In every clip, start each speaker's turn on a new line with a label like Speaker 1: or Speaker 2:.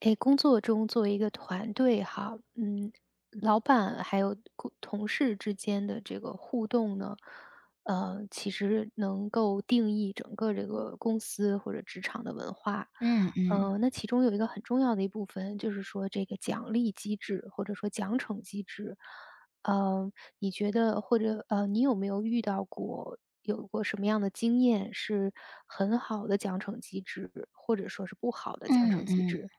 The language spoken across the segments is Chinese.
Speaker 1: 哎，工作中作为一个团队哈，老板还有同事之间的这个互动呢，其实能够定义整个这个公司或者职场的文化。
Speaker 2: 嗯嗯，
Speaker 1: 那其中有一个很重要的一部分，就是说这个奖励机制或者说奖惩机制。呃，你觉得或者你有没有遇到过有过什么样的经验是很好的奖惩机制，或者说是不好的奖
Speaker 2: 嗯
Speaker 1: 惩机
Speaker 2: 嗯，
Speaker 1: 制？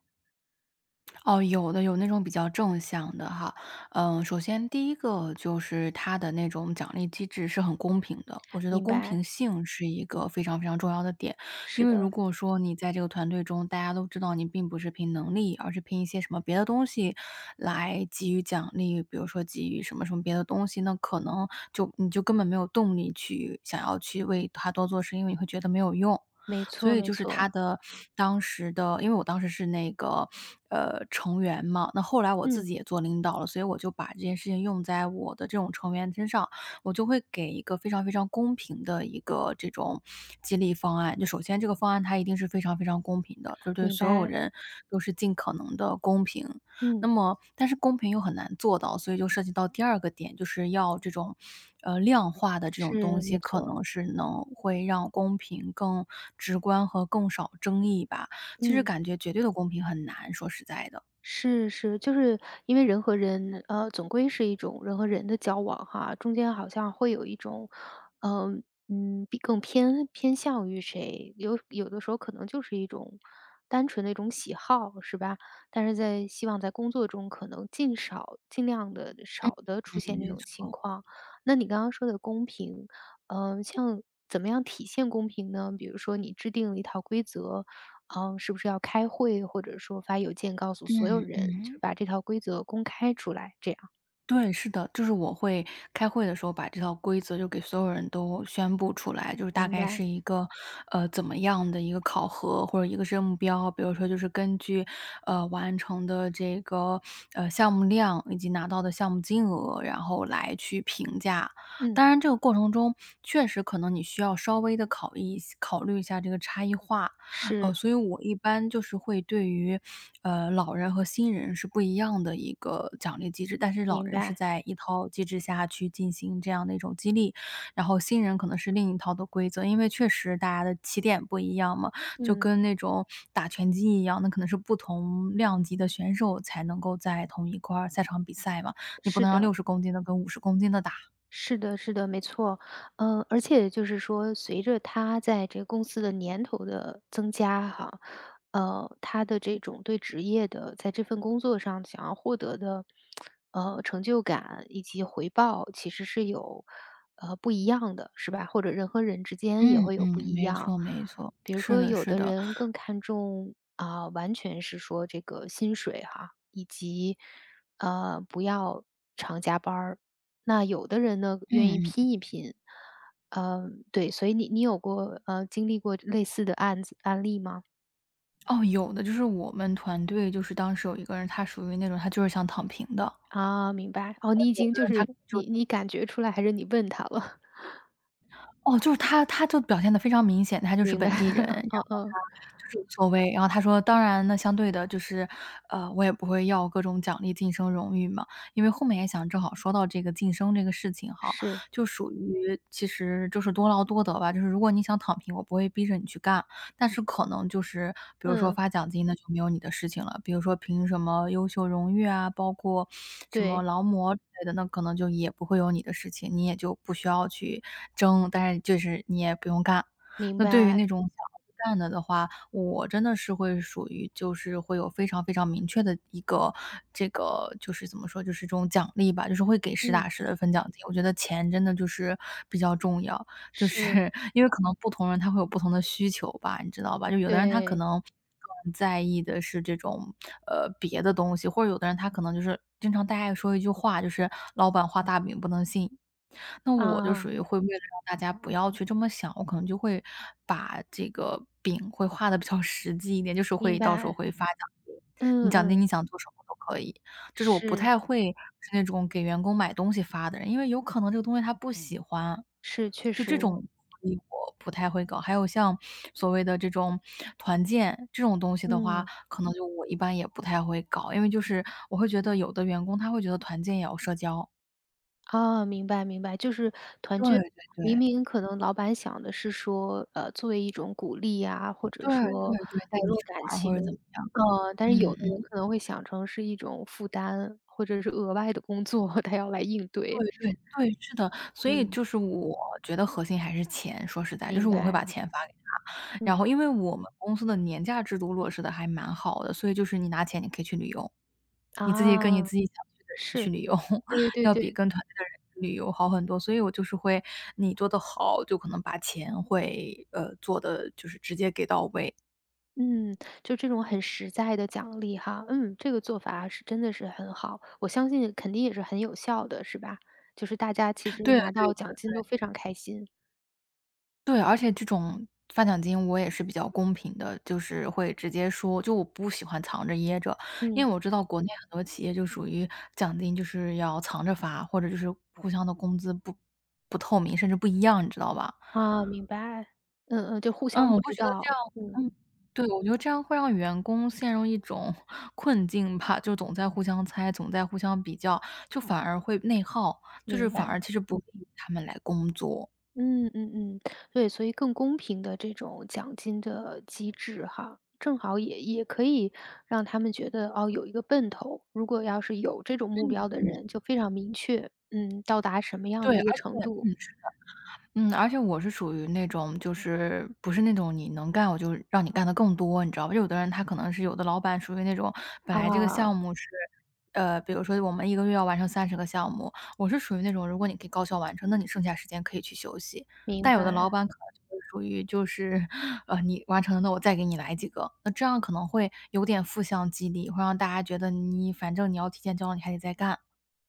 Speaker 2: 哦，有的，有那种比较正向的哈。嗯，首先第一个就是它的那种奖励机制是很公平的，我觉得
Speaker 1: 明
Speaker 2: 公
Speaker 1: 白，
Speaker 2: 平性是一个非常非常重要的点。因
Speaker 1: 是
Speaker 2: 为如
Speaker 1: 的，
Speaker 2: 果说你在这个团队中，大家都知道你并不是凭能力，而是凭一些什么别的东西来给予奖励，比如说给予什么什么别的东西，那可能就你就根本没有动力去想要去为他多做事，因为你会觉得没有用。
Speaker 1: 没
Speaker 2: 所
Speaker 1: 错
Speaker 2: 以
Speaker 1: 没
Speaker 2: 就是
Speaker 1: 错，
Speaker 2: 他的当时的因为我当时是那个，成员嘛，那后来我自
Speaker 1: 嗯，
Speaker 2: 己也做领导了，所以我就把这件事情用在我的这种成员身上，我就会给一个非常非常公平的一个这种激励方案。就首先这个方案它一定是非常非常公平的，就是对
Speaker 1: 明
Speaker 2: 所有
Speaker 1: 白，
Speaker 2: 人都是尽可能的公平。那
Speaker 1: 嗯，
Speaker 2: 么但是公平又很难做到，所以就涉及到第二个点，就是要这种，量化的这种东
Speaker 1: 是没
Speaker 2: 西，可
Speaker 1: 错，
Speaker 2: 能是能会让公平更直观和更少争议吧。其实
Speaker 1: 嗯，
Speaker 2: 感觉绝对的公平很难，说实在的。
Speaker 1: 是是，就是因为人和人，总归是一种人和人的交往哈，中间好像会有一种，比更偏向于谁，有的时候可能就是一种单纯的一种喜好，是吧？但是在希望在工作中可能尽少尽量的少的出
Speaker 2: 嗯，
Speaker 1: 现这
Speaker 2: 没
Speaker 1: 种情
Speaker 2: 错。
Speaker 1: 况。那你刚刚说的公平。像怎么样体现公平呢？比如说你制定了一套规则，是不是要开会，或者说发邮件告诉所有
Speaker 2: 嗯
Speaker 1: 人，就是
Speaker 2: 嗯。
Speaker 1: 把这套规则公开出来，这样。
Speaker 2: 对，是的，就是我会开会的时候把这套规则就给所有人都宣布出来，就是大
Speaker 1: 明
Speaker 2: 概
Speaker 1: 白，
Speaker 2: 是一个，怎么样的一个考核或者一个任务标，比如说就是根据，完成的这个，项目量以及拿到的项目金额，然后来去评价。
Speaker 1: 嗯，
Speaker 2: 当然这个过程中确实可能你需要稍微的考虑一下这个差异化，
Speaker 1: 是，
Speaker 2: 所以我一般就是会对于，老人和新人是不一样的一个奖励机制，但是老
Speaker 1: 明
Speaker 2: 人是
Speaker 1: 白。
Speaker 2: 在一套机制下去进行这样的一种激励，然后新人可能是另一套的规则，因为确实大家的起点不一样嘛，就
Speaker 1: 嗯，
Speaker 2: 跟那种打拳击一样，那可能是不同量级的选手才能够在同一块儿赛场比赛嘛，你不
Speaker 1: 是
Speaker 2: 能让
Speaker 1: 的。
Speaker 2: 60公斤的跟50公斤的打。
Speaker 1: 是的，是的，没错，嗯，而且就是说，随着他在这个公司的年头的增加哈，他的这种对职业的，在这份工作上想要获得的，成就感以及回报，其实是有，不一样的，是吧？或者人和人之间也
Speaker 2: 嗯
Speaker 1: 会有不
Speaker 2: 嗯。
Speaker 1: 一
Speaker 2: 没
Speaker 1: 样，
Speaker 2: 错没错，
Speaker 1: 比如
Speaker 2: 是
Speaker 1: 说，
Speaker 2: 的
Speaker 1: 有
Speaker 2: 是
Speaker 1: 的
Speaker 2: 的。
Speaker 1: 人更看重啊、完全是说这个薪水哈，以及不要常加班儿。那有的人呢，愿意
Speaker 2: 嗯。
Speaker 1: 拼一拼。嗯，对，所以你有过经历过类似的案例吗？
Speaker 2: 哦，有的，就是我们团队就是当时有一个人，他属于那种他就是想躺平的，
Speaker 1: 啊，明白。哦，你已
Speaker 2: 就
Speaker 1: 经
Speaker 2: 是
Speaker 1: 就
Speaker 2: 他
Speaker 1: 是
Speaker 2: 就
Speaker 1: 你感觉出来，还是你问他了？
Speaker 2: 哦，就是他就表现的非常明显，他 就是
Speaker 1: 明白，
Speaker 2: 本地人，
Speaker 1: 嗯
Speaker 2: 然后他
Speaker 1: 嗯，
Speaker 2: 就是无所谓，然后他说："当然呢，相对的就是，我也不会要各种奖励、晋升、荣誉嘛。"因为后面也想正好说到这个晋升这个事情哈，
Speaker 1: 是，
Speaker 2: 就属于其实就是多劳多得吧，就是如果你想躺平，我不会逼着你去干，但是可能就是比如说
Speaker 1: 嗯，
Speaker 2: 发奖金，那就没有你的事情了。比如说评什么优秀荣誉啊，包括什么
Speaker 1: 对，
Speaker 2: 劳模之类的，那可能就也不会有你的事情，你也就不需要去争，但是就是你也不用干。
Speaker 1: 明
Speaker 2: 那对于那
Speaker 1: 白，
Speaker 2: 种想要去干的话，我真的是会属于就是会有非常非常明确的一个这个就是怎么说，就是这种奖励吧，就是会给实打
Speaker 1: 嗯，
Speaker 2: 实的分奖金。我觉得钱真的就是比较重要。就
Speaker 1: 是，
Speaker 2: 是 因为可能不同人他会有不同的需求吧，你知道吧？就有的人他可
Speaker 1: 对，
Speaker 2: 能更在意的是这种，别的东西，或者有的人他可能就是经常大家也说一句话，就是"老板画大饼不能信"。那我就属
Speaker 1: 啊，
Speaker 2: 于会为了让大家不要去这么想，我可能就会把这个饼会画的比较实际一点，就是
Speaker 1: 明
Speaker 2: 会到时候
Speaker 1: 白，
Speaker 2: 会发奖金，你
Speaker 1: 嗯
Speaker 2: 奖金
Speaker 1: 嗯，
Speaker 2: 你想做什么都可以。就是我不
Speaker 1: 是
Speaker 2: 太会是那种给员工买东西发的人，因为有可能这个东西他不喜欢。
Speaker 1: 是，确
Speaker 2: 就这
Speaker 1: 实，
Speaker 2: 种福利我不太会搞。还有像所谓的这种团建这种东西的话，
Speaker 1: 嗯。
Speaker 2: 可能就我一般也不太会搞，因为就是我会觉得有的员工他会觉得团建也要社交。
Speaker 1: 啊，明白明白，就是团
Speaker 2: 对
Speaker 1: 建，
Speaker 2: 对
Speaker 1: 明
Speaker 2: 对，
Speaker 1: 明可能老板想的是说，作为一种鼓励呀，或
Speaker 2: 对
Speaker 1: 者
Speaker 2: 对
Speaker 1: 说
Speaker 2: 对，带
Speaker 1: 联
Speaker 2: 你
Speaker 1: 络
Speaker 2: 去玩
Speaker 1: 感
Speaker 2: 儿
Speaker 1: 情，
Speaker 2: 或者怎么样。
Speaker 1: 但是有
Speaker 2: 嗯
Speaker 1: 的
Speaker 2: 嗯，
Speaker 1: 人可能会想成是一种负担，或者是额外的工作，他要来应对。
Speaker 2: 对对对，是的，所以
Speaker 1: 嗯，
Speaker 2: 就是我觉得核心还是钱，说实在，就是
Speaker 1: 明
Speaker 2: 我会把
Speaker 1: 白，
Speaker 2: 钱发给。然
Speaker 1: 嗯，
Speaker 2: 后因为我们公司的年假制度落实的还蛮好的，所以就是你拿钱你可以去旅游，你自己跟你
Speaker 1: 啊，
Speaker 2: 自己想去的人去
Speaker 1: 是，
Speaker 2: 旅游，
Speaker 1: 对 对
Speaker 2: 要
Speaker 1: 对，
Speaker 2: 比跟团队的人去旅游好很多。所以我就是会你做得好，就可能把钱会，做的就是直接给到位。
Speaker 1: 嗯，就这种很实在的奖励哈，这个做法是真的是很好，我相信肯定也是很有效的，是吧？就是大家其实
Speaker 2: 对
Speaker 1: 拿到
Speaker 2: 对
Speaker 1: 奖金都非常开心。
Speaker 2: 对，而且这种发奖金我也是比较公平的，就是会直接说，就我不喜欢藏着掖着，因
Speaker 1: 嗯，
Speaker 2: 为我知道国内很多企业就属于奖金就是要藏着发，或者就是互相的工资不透明，甚至不一样，你知道吧？
Speaker 1: 啊，明白。嗯嗯，就互
Speaker 2: 嗯，
Speaker 1: 相
Speaker 2: 我
Speaker 1: 不
Speaker 2: 会
Speaker 1: 知
Speaker 2: 觉得这样，
Speaker 1: 道。嗯，
Speaker 2: 嗯，对，我觉得这样会让员工陷入一种 困境吧，就总在互相猜，总在互相比较，就反而会内耗，就是
Speaker 1: 明
Speaker 2: 反而
Speaker 1: 白。
Speaker 2: 其实不利于他们来工作。
Speaker 1: 嗯嗯嗯，对，所以更公平的这种奖金的机制哈，正好也可以让他们觉得，哦，有一个奔头。如果要是有这种目标的人，就非常明确，嗯，到达什么样
Speaker 2: 对，
Speaker 1: 的一个
Speaker 2: 而且
Speaker 1: 程度。
Speaker 2: 嗯。嗯，而且我是属于那种，就是不是那种你能干，我就让你干的更多，你知道吧？有的人他可能是有的老板属于那种，本来这个
Speaker 1: 啊，
Speaker 2: 项目是，比如说我们一个月要完成30个项目，我是属于那种，如果你可以高效完成，那你剩下时间可以去休息。
Speaker 1: 明
Speaker 2: 但有的
Speaker 1: 白。
Speaker 2: 老板可能就是属于就是，你完成了，那我再给你来几个，那这样可能会有点负向激励，会让大家觉得你反正你要提前交了，你还得再干。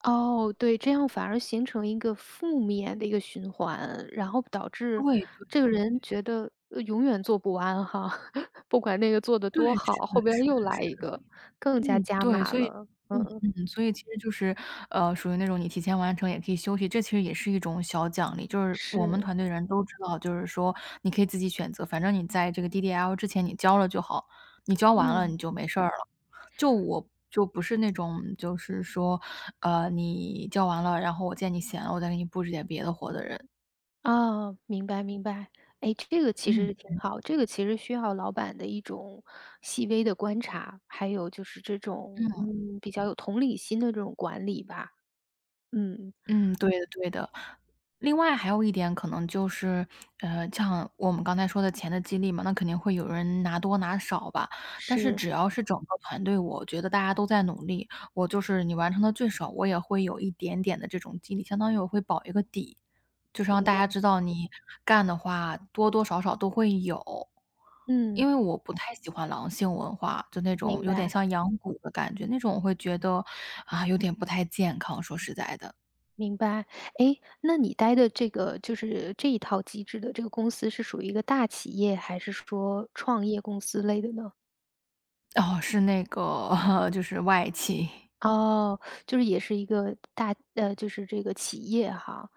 Speaker 1: 哦，对，这样反而形成一个负面的一个循环，然后导致
Speaker 2: 对对
Speaker 1: 这个人觉得，永远做不完哈，不管那个做的
Speaker 2: 对，
Speaker 1: 多好，
Speaker 2: 是的，
Speaker 1: 后边
Speaker 2: 是的，
Speaker 1: 又来一
Speaker 2: 是的，所
Speaker 1: 个，
Speaker 2: 以
Speaker 1: 更加
Speaker 2: 嗯，
Speaker 1: 加
Speaker 2: 对，
Speaker 1: 码
Speaker 2: 所以
Speaker 1: 了。
Speaker 2: 嗯
Speaker 1: 嗯，
Speaker 2: 嗯，所以其实就是，属于那种你提前完成也可以休息，这其实也是一种小奖励。就是我们
Speaker 1: 是，
Speaker 2: 团队人都知道，就是说你可以自己选择，反正你在这个 DDL 之前你交了就好，你交完了
Speaker 1: 嗯，
Speaker 2: 你就没事儿了。就我就不是那种就是说，你交完了，然后我见你闲了，我再给你布置点别的活的人。
Speaker 1: 啊，明白明白。哎，这个其
Speaker 2: 嗯。
Speaker 1: 实挺好，这个其实需要老板的一种细微的观察，还有就是这种，比较有同理心的这种管理吧。嗯，
Speaker 2: 嗯，对的对的。另外还有一点可能就是，像我们刚才说的钱的激励嘛，那肯定会有人拿多拿少吧。但是
Speaker 1: 是，
Speaker 2: 只要是整个团队，我觉得大家都在努力，我就是你完成的最少，我也会有一点点的这种激励，相当于我会保一个底，就是让
Speaker 1: 明
Speaker 2: 大
Speaker 1: 白，
Speaker 2: 家知道你干的话多多少少都会有。因
Speaker 1: 嗯，
Speaker 2: 为我不太喜欢狼性文化，就那种
Speaker 1: 明
Speaker 2: 有点
Speaker 1: 白。
Speaker 2: 像养蛊的感觉，那种我会觉得啊有点不太健康，说实在的。
Speaker 1: 明白，哎，那你待的这个就是这一套机制的这个公司是属于一个大企业，还是说创业公司类的呢？
Speaker 2: 哦，是那个 就是外企。
Speaker 1: 哦，就是也是一个就是这个企业哈。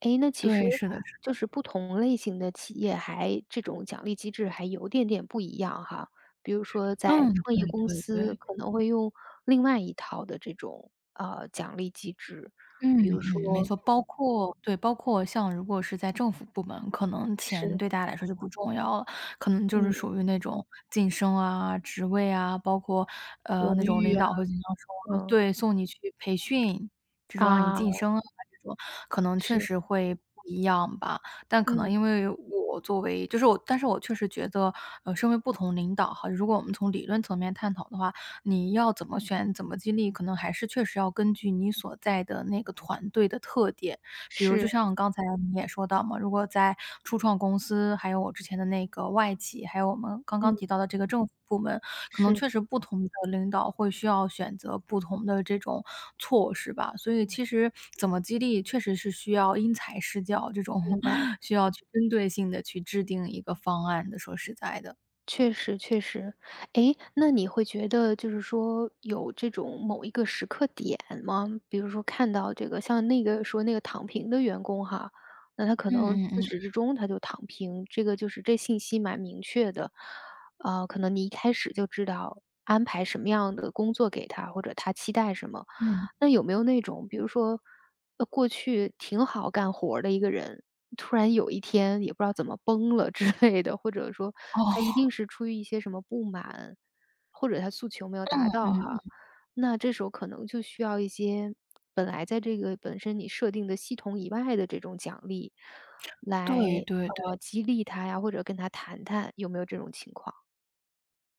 Speaker 1: 哎，那其实
Speaker 2: 对，是的是
Speaker 1: 就
Speaker 2: 的。
Speaker 1: 是不同类型的企业还这种奖励机制还有点点不一样哈。比如说在
Speaker 2: 嗯，
Speaker 1: 创业
Speaker 2: 对
Speaker 1: 公
Speaker 2: 对
Speaker 1: 司
Speaker 2: 对。
Speaker 1: 可能会用另外一套的这种，奖励机制，
Speaker 2: 嗯
Speaker 1: 比如
Speaker 2: 嗯，没
Speaker 1: 说
Speaker 2: 错，包括对，包括像如果是在政府部门，可能钱
Speaker 1: 是
Speaker 2: 对大家来说就不重要了，可能就是
Speaker 1: 嗯，
Speaker 2: 属于那种晋升啊、职位啊，包括那
Speaker 1: 荣
Speaker 2: 种
Speaker 1: 誉
Speaker 2: 领
Speaker 1: 啊，
Speaker 2: 导会经常说，
Speaker 1: 嗯，
Speaker 2: 对，送你去培训，这种让你
Speaker 1: 啊。
Speaker 2: 晋升啊，这种可能确
Speaker 1: 是，
Speaker 2: 实会不一样吧。但可能
Speaker 1: 嗯，
Speaker 2: 因为我作为，就是我，但是我确实觉得，身为不同领导哈，如果我们从理论层面探讨的话，你要怎么选、怎么激励，可能还是确实要根据你所在的那个团队的特点。比如就
Speaker 1: 是，
Speaker 2: 像刚才你也说到嘛，如果在初创公司，还有我之前的那个外企，还有我们刚刚
Speaker 1: 嗯，
Speaker 2: 提到的这个政府部门，可能
Speaker 1: 是，
Speaker 2: 确实不同的领导会需要选择不同的这种措施吧。所以其实怎么激励，确实是需要因材施教，这种
Speaker 1: 明白，
Speaker 2: 需要去针对性的去制定一个方案的。说实在的，
Speaker 1: 确实确实。诶，那你会觉得就是说有这种某一个时刻点吗？比如说看到这个像那个说那个躺平的员工哈，那他可能
Speaker 2: 嗯嗯
Speaker 1: 自
Speaker 2: 嗯
Speaker 1: 始至终他就躺平，这个就是这信息蛮明确的。可能你一开始就知道安排什么样的工作给他，或者他期待什么。
Speaker 2: 嗯，
Speaker 1: 那有没有那种，比如说，过去挺好干活儿的一个人，突然有一天也不知道怎么崩了之类的，或者说
Speaker 2: 哦，
Speaker 1: 他一定是出于一些什么不满，或者他诉求没有达 到哈，
Speaker 2: 嗯。
Speaker 1: 那这时候可能就需要一些本来在这个本身你设定的系统以外的这种奖励，来
Speaker 2: 对对对，
Speaker 1: 激励他呀，或者跟他谈谈有没有这种情况？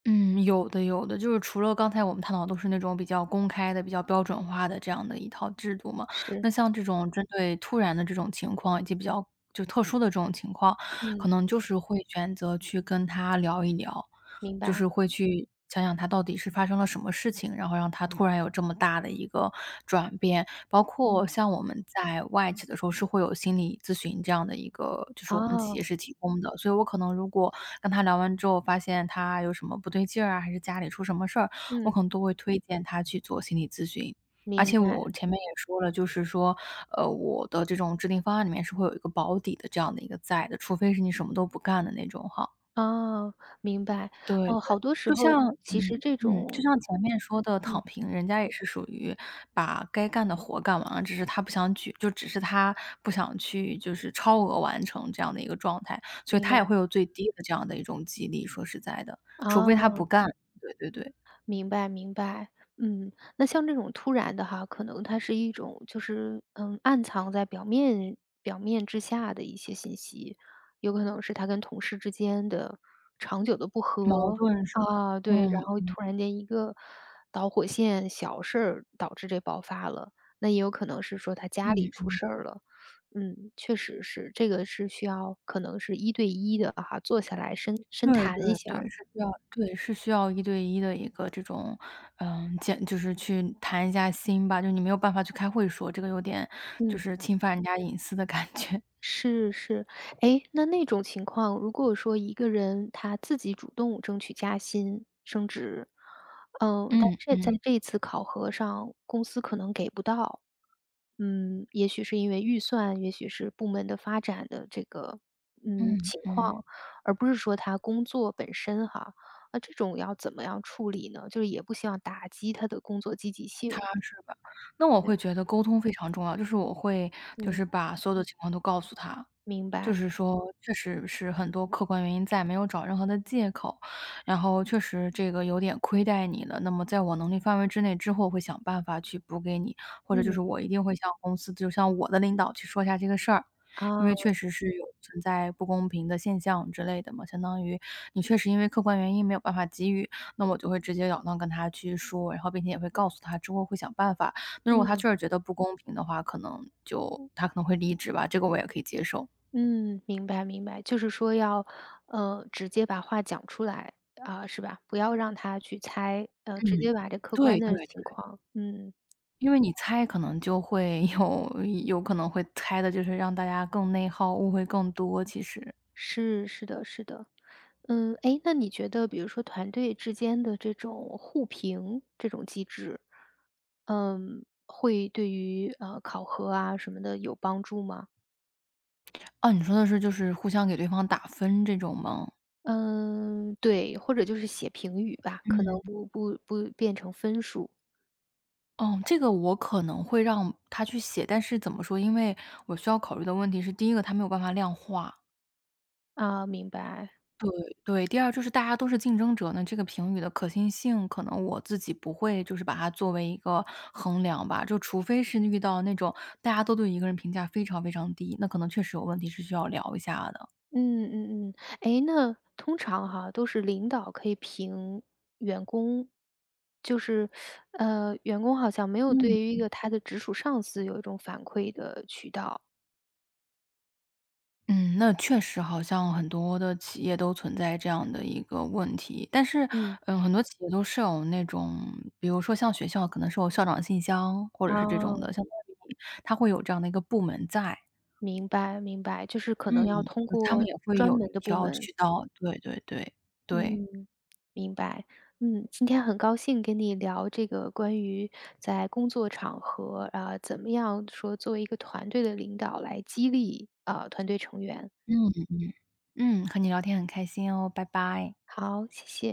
Speaker 2: 嗯，有的有的，就是除了刚才我们探讨都是那种比较公开的、比较标准化的这样的一套制度嘛，
Speaker 1: 是，
Speaker 2: 那像这种针对突然的这种情况，以及比较就特殊的这种情况，可
Speaker 1: 嗯，
Speaker 2: 能就是会选择去跟他聊一聊，
Speaker 1: 明
Speaker 2: 就是
Speaker 1: 白。
Speaker 2: 会去想想他到底是发生了什么事情，然后让他突然有这么大的一个转变。包括
Speaker 1: 嗯，
Speaker 2: 像我们在外企的时候，是会有心理咨询这样的一个，就是我们企业
Speaker 1: 哦，
Speaker 2: 是提供的，所以我可能如果跟他聊完之后，发现他有什么不对劲儿啊，还是家里出什么事儿，我可
Speaker 1: 嗯，
Speaker 2: 能都会推荐他去做心理咨询。而
Speaker 1: 明
Speaker 2: 且
Speaker 1: 白。
Speaker 2: 我前面也说了，就是说，我的这种制定方案里面是会有一个保底的这样的一个在的，除非是你什么都不干的那种哈。
Speaker 1: 哦，明白。
Speaker 2: 对对，
Speaker 1: 哦，好多时
Speaker 2: 就
Speaker 1: 候
Speaker 2: 像
Speaker 1: 其实
Speaker 2: 嗯
Speaker 1: 这
Speaker 2: 嗯，就
Speaker 1: 种
Speaker 2: 像前面说的躺
Speaker 1: 嗯，
Speaker 2: 平，人家也是属于把该干的活干完了，只是他不想举就只是他不想去就是超额完成这样的一个状态，所以
Speaker 1: 明
Speaker 2: 他
Speaker 1: 白，
Speaker 2: 也会有最低的这样的一种激励，说实在的，除非他不
Speaker 1: 哦。
Speaker 2: 干，对对对，
Speaker 1: 明白明白，嗯，那像这种突然的哈，可能它是一种就是，暗藏在表面之下的一些信息，有可能是他跟同事之间的长久的不
Speaker 2: 矛
Speaker 1: 和，
Speaker 2: 盾是
Speaker 1: 啊，对，然
Speaker 2: 嗯
Speaker 1: 后突然间一个导火线，小事儿导致这爆发了，那也有可能是说他家里
Speaker 2: 嗯。
Speaker 1: 出事儿了。嗯，确实是，这个是需要可能是一对一的哈，坐下来深深
Speaker 2: 对对
Speaker 1: 谈一下儿
Speaker 2: 对，是需要对，是需要一对一的一个这种，嗯，见就是去谈一下心吧，就你没有办法去开会说，这个有点就
Speaker 1: 嗯。
Speaker 2: 是侵犯人家隐私的感觉。
Speaker 1: 是是，哎，那种情况，如果说一个人他自己主动争取加薪、升职，但
Speaker 2: 嗯
Speaker 1: 这
Speaker 2: 嗯
Speaker 1: 在这次考核上，公司可能给不到。嗯，也许是因为预算，也许是部门的发展的这个，
Speaker 2: 嗯
Speaker 1: 情
Speaker 2: 嗯。
Speaker 1: 况，而不是说他工作本身哈。那这种要怎么样处理呢？就是也不希望打击他的工作积极性。
Speaker 2: 是吧？那我会
Speaker 1: 对，
Speaker 2: 觉得沟通非常重要，就是我会就
Speaker 1: 嗯，
Speaker 2: 是把所有的情况都告诉他，
Speaker 1: 明
Speaker 2: 就
Speaker 1: 白，
Speaker 2: 是说确实是很多客观原因在，没有找任何的借口，然后确实这个有点亏待你了，那么在我能力范围之内之后会想办法去补给你，或者就
Speaker 1: 嗯，
Speaker 2: 是我一定会向公司，就像我的领导去说一下这个事儿。因
Speaker 1: 啊，
Speaker 2: 为确实是有存在不公平的现象之类的嘛，相当于你确实因为客观原因没有办法给予那么我就会直截了当跟他去说，然后并且也会告诉他之后会想办法。那如果他
Speaker 1: 嗯。
Speaker 2: 确实觉得不公平的话，可能就他可能会离职吧，这个我也可以接受。
Speaker 1: 嗯，明白明白，就是说要，直接把话讲出来，啊，是吧？不要让他去猜，直
Speaker 2: 嗯。
Speaker 1: 接把这客
Speaker 2: 对
Speaker 1: 观的
Speaker 2: 对对，
Speaker 1: 情况，嗯，
Speaker 2: 因为你猜可能就会有 有可能会猜的就是让大家更内耗，误会更多其实。
Speaker 1: 是是的是的，嗯，哎，那你觉得比如说团队之间的这种互评这种机制，会对于考核啊什么的有帮助吗？
Speaker 2: 啊，你说的是就是互相给对方打分这种吗？
Speaker 1: 嗯，对，或者就是写评语吧，可
Speaker 2: 嗯。
Speaker 1: 能不变成分数
Speaker 2: 哦，这个我可能会让他去写，但是怎么说，因为我需要考虑的问题是，第一个他没有办法量化。
Speaker 1: 啊，明白。
Speaker 2: 对对，第二就是大家都是竞争者呢，那这个评语的可信性，可能我自己不会就是把它作为一个衡量吧，就除非是遇到那种大家都对一个人评价非常非常低，那可能确实有问题是需要聊一下的。
Speaker 1: 嗯嗯嗯，哎，那通常哈，都是领导可以评员工，就是，员工好像没有对于一
Speaker 2: 嗯。
Speaker 1: 个他的直属上司有一种反馈的渠道。
Speaker 2: 嗯，那确实好像很多的企业都存在这样的一个问题，但是，
Speaker 1: 嗯，
Speaker 2: 嗯，很多企业都是有那种，比如说像学校可能是有校长信箱，或者是这
Speaker 1: 啊，
Speaker 2: 种的，相当于它会有这样的一个部门在。
Speaker 1: 明白明白，就是可
Speaker 2: 嗯，
Speaker 1: 能要通
Speaker 2: 他们
Speaker 1: 过
Speaker 2: 也会
Speaker 1: 专
Speaker 2: 有一
Speaker 1: 门的部
Speaker 2: 条
Speaker 1: 门。
Speaker 2: 渠道，对对对，对，
Speaker 1: 嗯，明白。嗯，今天很高兴跟你聊这个关于在工作场合，啊，怎么样说作为一个团队的领导来激励，啊，团队成员。
Speaker 2: 嗯，嗯，和你聊天很开心哦，拜拜。
Speaker 1: 好，谢谢。